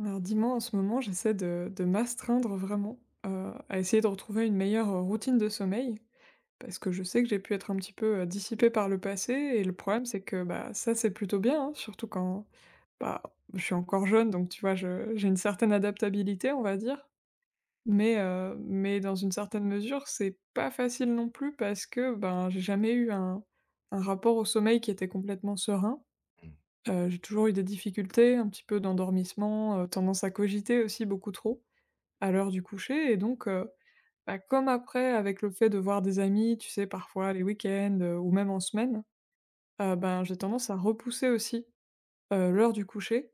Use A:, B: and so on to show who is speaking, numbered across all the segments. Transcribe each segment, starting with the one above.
A: Alors dis-moi, en ce moment, j'essaie de m'astreindre vraiment, à essayer de retrouver une meilleure routine de sommeil. Parce que je sais que j'ai pu être un petit peu, dissipée par le passé et le problème c'est que, bah, ça c'est plutôt bien, hein, surtout quand, bah, je suis encore jeune donc tu vois, je j'ai une certaine adaptabilité, on va dire. Mais dans une certaine mesure, c'est pas facile non plus parce que, ben, j'ai jamais eu un rapport au sommeil qui était complètement serein. J'ai toujours eu des difficultés, un petit peu d'endormissement, tendance à cogiter aussi beaucoup trop à l'heure du coucher et donc bah, comme après avec le fait de voir des amis, tu sais, parfois les week-ends, ou même en semaine, ben, j'ai tendance à repousser aussi, l'heure du coucher.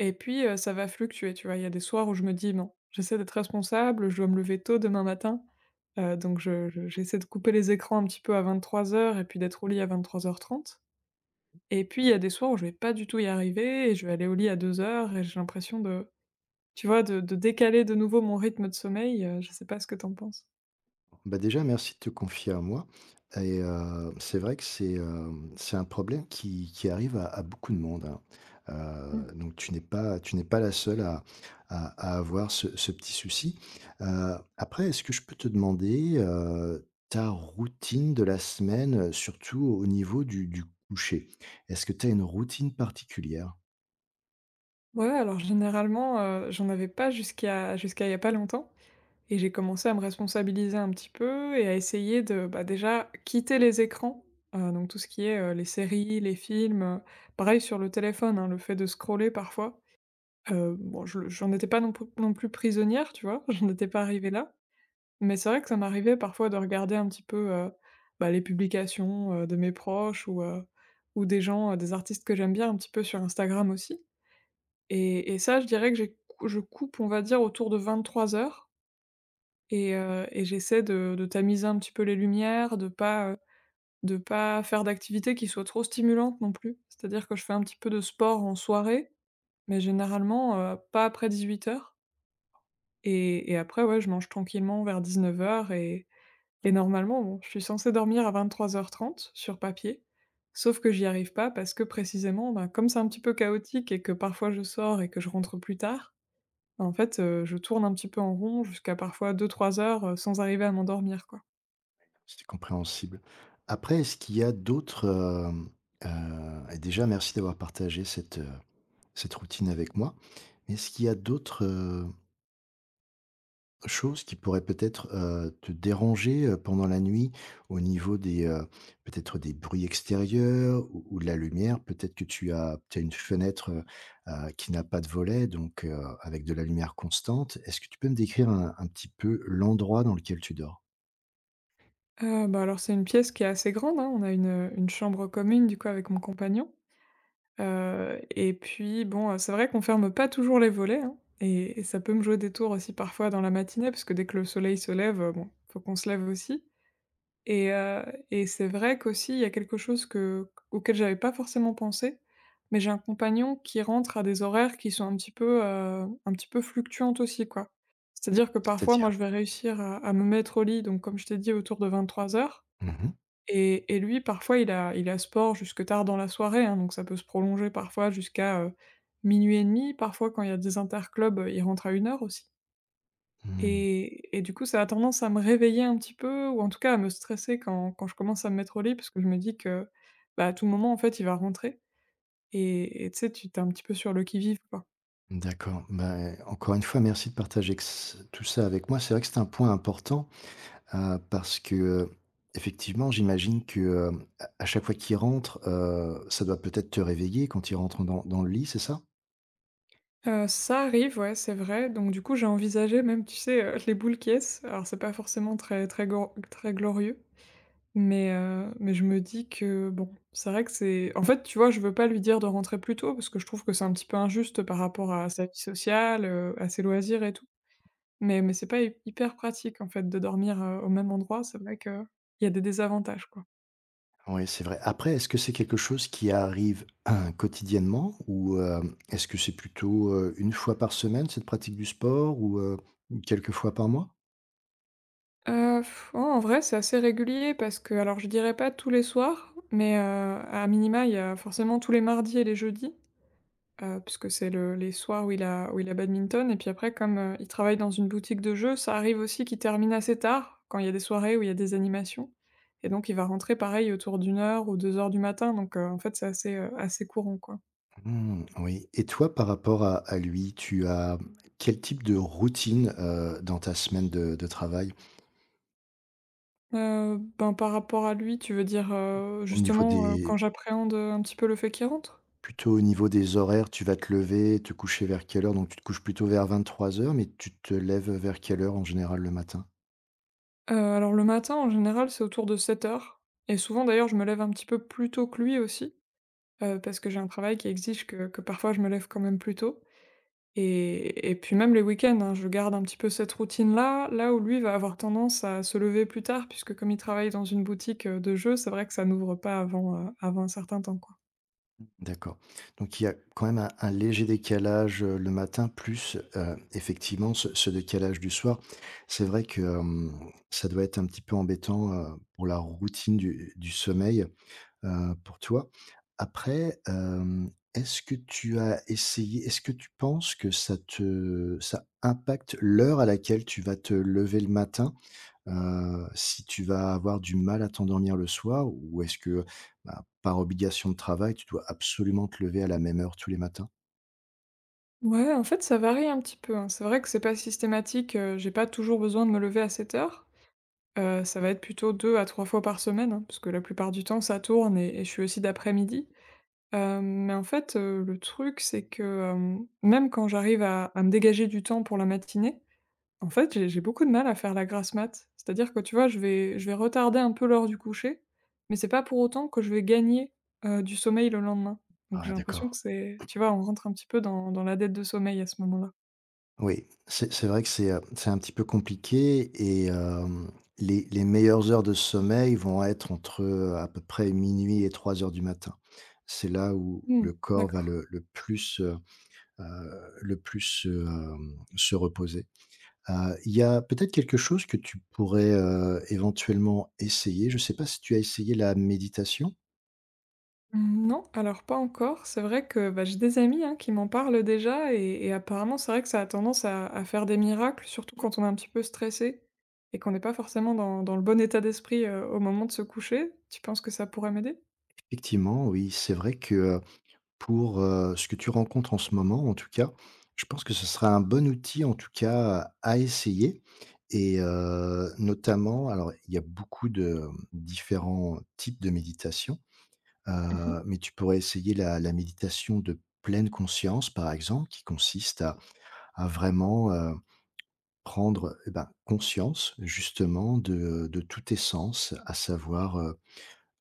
A: Et puis, ça va fluctuer, tu vois? Il y a des soirs où je me dis: «Non, j'essaie d'être responsable, je dois me lever tôt demain matin», donc je j'essaie de couper les écrans un petit peu à 23h et puis d'être au lit à 23:30. Et puis il y a des soirs où je vais pas du tout y arriver et je vais aller au lit à 2:00 et j'ai l'impression de tu vois, de décaler de nouveau mon rythme de sommeil, je sais pas ce que t'en penses?
B: Bah, déjà, merci de te confier à moi et c'est vrai que c'est un problème qui arrive à beaucoup de monde, hein.
A: Mmh.
B: Donc tu n'es pas la seule à à à avoir ce petit souci. Après, est-ce que je peux te demander, ta routine de la semaine, surtout au niveau du coucher? Est-ce que tu as une routine particulière?
A: Ouais, alors généralement, j'en avais pas jusqu'à il y a pas longtemps et j'ai commencé à me responsabiliser un petit peu et à essayer de, bah, déjà quitter les écrans, donc tout ce qui est, les séries, les films, pareil sur le téléphone, hein, le fait de scroller parfois, bon je le j'en étais pas non plus prisonnière, tu vois? J'en étais pas arrivée là. Mais c'est vrai que ça m'arrivait parfois de regarder un petit peu, bah, les publications, de mes proches ou des gens, des artistes que j'aime bien un petit peu sur Instagram aussi. Et ça je dirais que j'ai je coupe on va dire autour de 23:00. Et j'essaie de tamiser un petit peu les lumières, de pas, faire d'activités qui soient trop stimulantes non plus. C'est-à-dire que je fais un petit peu de sport en soirée, mais généralement, pas après 18:00 et après ouais, je mange tranquillement vers 19h. Et normalement, bon, je suis censée dormir à 23h30 sur papier, sauf que j'y arrive pas parce que précisément, bah, comme c'est un petit peu chaotique et que parfois je sors et que je rentre plus tard, bah, en fait, je tourne un petit peu en rond jusqu'à parfois deux-trois heures, sans arriver à m'endormir, quoi.
B: C'est compréhensible. Après, est-ce qu'il y a d'autres, et déjà merci d'avoir partagé cette routine avec moi. Mais est-ce qu'il y a d'autres, choses qui pourraient peut-être, te déranger, pendant la nuit au niveau des, peut-être des bruits extérieurs ou de la lumière? Peut-être que tu as une fenêtre, qui n'a pas de volet donc avec de la lumière constante. Est-ce que tu peux me décrire un petit peu l'endroit dans lequel tu dors?
A: Bah, alors c'est une pièce qui est assez grande, hein, on a une chambre commune du coup avec mon compagnon, et puis bon, c'est vrai qu'on ferme pas toujours les volets, hein, et ça peut me jouer des tours aussi parfois dans la matinée, parce que dès que le soleil se lève, bon, faut qu'on se lève aussi. Et heu et c'est vrai qu'aussi il y a quelque chose que auquel j'avais pas forcément pensé, mais j'ai un compagnon qui rentre à des horaires qui sont un petit peu fluctuantes aussi, quoi. C'est-à-dire que parfois
B: C'est-à-dire?
A: moi je vais réussir à me mettre au lit donc comme je t'ai dit autour de 23h
B: Mmh mh.
A: et lui parfois il a sport jusque tard dans la soirée, hein, donc ça peut se prolonger parfois jusqu'à, minuit et demi. Parfois quand il y a des interclubs, il rentre à 1h aussi.
B: Mmh.
A: Et du coup, ça a tendance à me réveiller un petit peu ou en tout cas à me stresser quand je commence à me mettre au lit parce que je me dis que, bah, à tout moment, en fait, il va rentrer et tu sais, tu t'es un petit peu sur le qui-vive, quoi.
B: D'accord. Ben encore une fois, merci de partager que c tout ça avec moi. C'est vrai que c'est un point important. Parce que, effectivement, j'imagine que, à chaque fois qu'il rentre, ça doit peut-être te réveiller quand il rentre dans le lit, c'est ça?
A: Ça arrive, ouais, c'est vrai. Donc du coup, j'ai envisagé même, tu sais, les boules qui ess. Alors c'est pas forcément très très gor très glorieux, mais je me dis que, bon, c'est vrai que c'est en fait, tu vois, je veux pas lui dire de rentrer plus tôt parce que je trouve que c'est un petit peu injuste par rapport à sa vie sociale, à ses loisirs et tout. Mais c'est pas hy hyper pratique, en fait, de dormir, au même endroit. C'est vrai que il y a des désavantages, quoi.
B: Oui, c'est vrai. Après, est-ce que c'est quelque chose qui arrive, hein, quotidiennement ou, est-ce que c'est plutôt, 1 fois par semaine, cette pratique du sport ou, quelques fois par mois?
A: Heu, oh, en vrai, c'est assez régulier parce que alors, je dirais pas tous les soirs, mais, à minima, il y a forcément tous les mardis et les jeudis, puisque c'est le les soirs où il a badminton et puis après comme, il travaille dans une boutique de jeux, ça arrive aussi qu'il termine assez tard, quand il y a des soirées où il y a des animations et donc il va rentrer pareil autour d'1h ou 2h du matin donc, en fait, c'est assez courant, quoi.
B: Mmh, oui, et toi, par rapport à lui, tu as quel type de routine, dans ta semaine de travail?
A: Ben, par rapport à lui, tu veux dire,
B: Au niveau
A: justement, quand
B: des
A: j'appréhende, un petit peu le fait qu'il rentre?
B: Plutôt au niveau des horaires, tu vas te lever, te coucher vers quelle heure? Donc tu te couches plutôt vers 23h, mais tu te lèves vers quelle heure en général le matin?
A: Alors le matin, en général, c'est autour de 7h et souvent d'ailleurs, je me lève un petit peu plus tôt que lui aussi, parce que j'ai un travail qui exige que parfois je me lève quand même plus tôt et puis même les week-ends, hein, je garde un petit peu cette routine-là, là où lui va avoir tendance à se lever plus tard puisque comme il travaille dans une boutique, de jeux, c'est vrai que ça n'ouvre pas avant un certain temps, quoi.
B: D'accord. Donc il y a quand même un léger décalage, le matin, plus, effectivement, ce décalage du soir. C'est vrai que, ça doit être un petit peu embêtant, pour la routine du sommeil, pour toi. Après, est-ce que tu penses que ça impacte l'heure à laquelle tu vas te lever le matin? Si tu vas avoir du mal à t'endormir le soir, ou est-ce que, bah, par obligation de travail, tu dois absolument te lever à la même heure tous les matins?
A: Ouais, en fait, ça varie un petit peu, hein. C'est vrai que c'est pas systématique, j'ai pas toujours besoin de me lever à 7:00. Ça va être plutôt 2 à 3 fois par semaine, hein, parce que la plupart du temps ça tourne et je suis aussi d'après-midi. Mais en fait, le truc c'est que, même quand j'arrive à me dégager du temps pour la matinée, en fait, j'ai beaucoup de mal à faire la grasse mat. C'est-à-dire que, tu vois, je vais retarder un peu l'heure du coucher, mais c'est pas pour autant que je vais gagner, du sommeil le lendemain. Donc
B: Ah,
A: j'ai
B: d'accord.
A: l'impression que c'est tu vois, on rentre un petit peu dans la dette de sommeil à ce moment-là.
B: Oui, c'est vrai que c'est un petit peu compliqué, et, les meilleures heures de sommeil vont être entre, à peu près, minuit et 3 heures du matin. C'est là où
A: Mmh.
B: le corps va
A: D'accord.
B: heu, le plus, se reposer. Il y a peut-être quelque chose que tu pourrais, éventuellement essayer. Je ne sais pas si tu as essayé la méditation?
A: Mmh, non, alors pas encore. C'est vrai que, bah, j'ai des amis, hein, qui m'en parlent déjà et apparemment, c'est vrai que ça a tendance à faire des miracles, surtout quand on est un petit peu stressé et qu'on n'est pas forcément dans le bon état d'esprit, au moment de se coucher. Tu penses que ça pourrait m'aider?
B: Effectivement, oui, c'est vrai que, pour, ce que tu rencontres en ce moment, en tout cas, je pense que ce sera un bon outil, en tout cas, à essayer, et notamment. Alors, il y a beaucoup de, différents types de méditation,
A: Mmh.
B: mais tu pourrais essayer la méditation de pleine conscience, par exemple, qui consiste à vraiment, prendre, eh ben, conscience, justement, de tous tes sens, à savoir,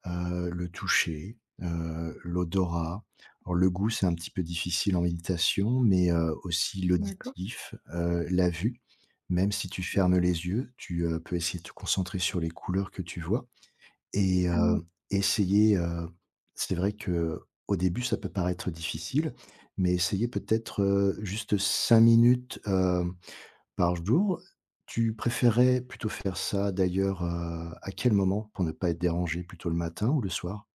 B: le toucher, l'odorat. Alors, le goût, c'est un petit peu difficile en méditation, mais, aussi
A: D'accord.
B: l'auditif, la vue. Même si tu fermes les yeux, tu, peux essayer de te concentrer sur les couleurs que tu vois, et
A: Mmh,
B: essayer, c'est vrai que au début, ça peut paraître difficile, mais essayer peut-être, juste 5 minutes, par jour. Tu préférerais plutôt faire ça, d'ailleurs, à quel moment pour ne pas être dérangé, plutôt le matin ou le soir?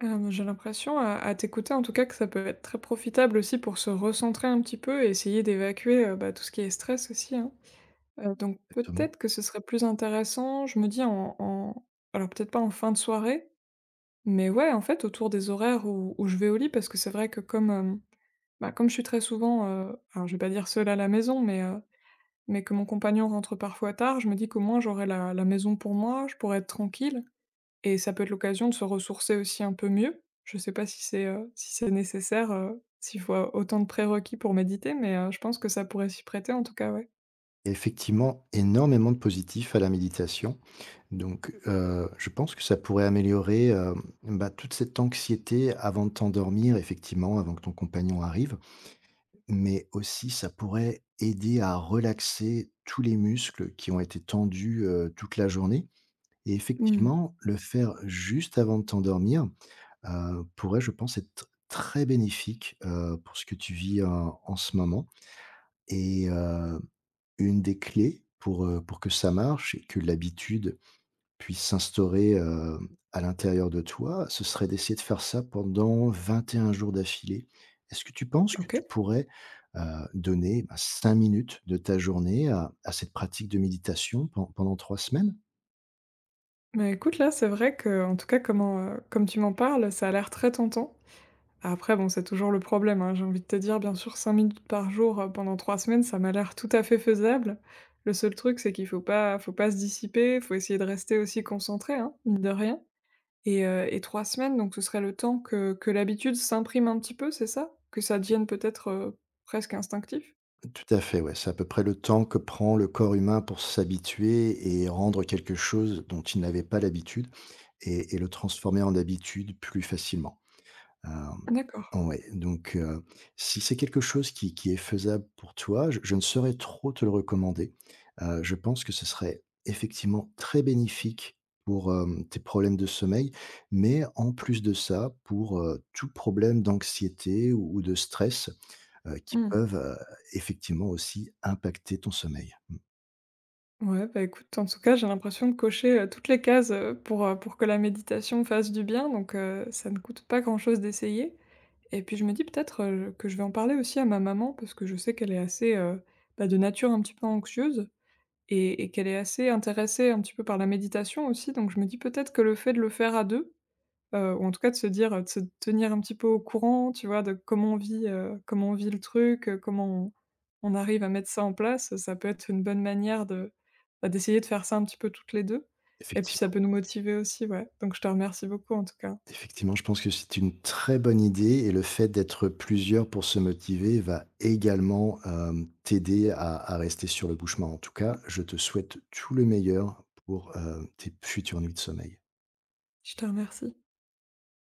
A: j'ai l'impression à t'écouter, en tout cas, que ça peut être très profitable aussi pour se recentrer un petit peu et essayer d'évacuer, bah, tout ce qui est stress aussi, hein. Donc
B: Exactement.
A: peut-être que ce serait plus intéressant, je me dis en en alors peut-être pas en fin de soirée, mais ouais, en fait, autour des horaires où je vais au lit parce que c'est vrai que comme, bah, comme je suis très souvent, alors je vais pas dire seule à la maison, mais que mon compagnon rentre parfois tard, je me dis qu'au moins j'aurai la maison pour moi, je pourrai être tranquille et ça peut être l'occasion de se ressourcer aussi un peu mieux. Je sais pas si c'est nécessaire, s'il faut autant de prérequis pour méditer, mais je pense que ça pourrait s'y prêter en tout cas, ouais.
B: Il y a effectivement énormément de positifs à la méditation. Donc, je pense que ça pourrait améliorer, bah, toute cette anxiété avant de t'endormir, effectivement, avant que ton compagnon arrive. Mais aussi, ça pourrait aider à relaxer tous les muscles qui ont été tendus, toute la journée. Et
A: Mmh.
B: effectivement, le faire juste avant de t'endormir, pourrait, je pense, être très bénéfique, pour ce que tu vis en ce moment. Et une des clés pour, pour que ça marche, et que l'habitude puisse s'instaurer, à l'intérieur de toi, ce serait d'essayer de faire ça pendant 21 jours d'affilée. Est-ce que tu penses que
A: OK.
B: tu pourrais, heu, donner, bah, 5 minutes de ta journée à cette pratique de méditation pendant 3 semaines?
A: Bah, écoute, là, c'est vrai que, en tout cas, comme tu m'en parles, ça a l'air très tentant. Après bon, c'est toujours le problème, hein, j'ai envie de te dire, bien sûr, 5 minutes par jour, pendant 3 semaines, ça m'a l'air tout à fait faisable. Le seul truc, c'est qu'il faut pas se dissiper, faut essayer de rester aussi concentré, hein, mine de rien et 3 semaines, donc ce serait le temps que l'habitude s'imprime un petit peu, c'est ça? Que ça devienne peut-être, presque instinctif?
B: Tout à fait, ouais, c'est à peu près le temps que prend le corps humain pour s'habituer, et rendre quelque chose dont il n'avait pas l'habitude, et le transformer en habitude plus facilement. Ah,
A: D'accord.
B: ouais, donc, si c'est quelque chose qui est faisable pour toi, je ne saurais trop te le recommander. Je pense que ce serait effectivement très bénéfique pour, tes problèmes de sommeil, mais, en plus de ça, pour, tout problème d'anxiété ou de stress, qui
A: Mmh.
B: peuvent, effectivement, aussi, impacter ton sommeil. Mmh,
A: Ouais, bah, écoute, en tout cas, j'ai l'impression de cocher, toutes les cases, pour que la méditation fasse du bien donc ça ne coûte pas grand-chose d'essayer et puis je me dis peut-être, que je vais en parler aussi à ma maman parce que je sais qu'elle est assez, bah, de nature un petit peu anxieuse et qu'elle est assez intéressée un petit peu par la méditation aussi donc je me dis peut-être que le fait de le faire à 2. Ou en tout cas de se dire, de se tenir un petit peu au courant, tu vois? De comment on vit, comment on vit le truc, comment on arrive à mettre ça en place, ça peut être une bonne manière de, bah, d'essayer de faire ça un petit peu toutes les 2 et puis ça
B: effectivement.
A: peut nous motiver aussi, ouais. Donc je te remercie beaucoup en tout cas.
B: Effectivement, je pense que c'est une très bonne idée, et le fait d'être plusieurs pour se motiver va également, t'aider à rester sur le bouche. En tout cas, je te souhaite tout le meilleur pour, tes futures nuits de sommeil.
A: Je te remercie.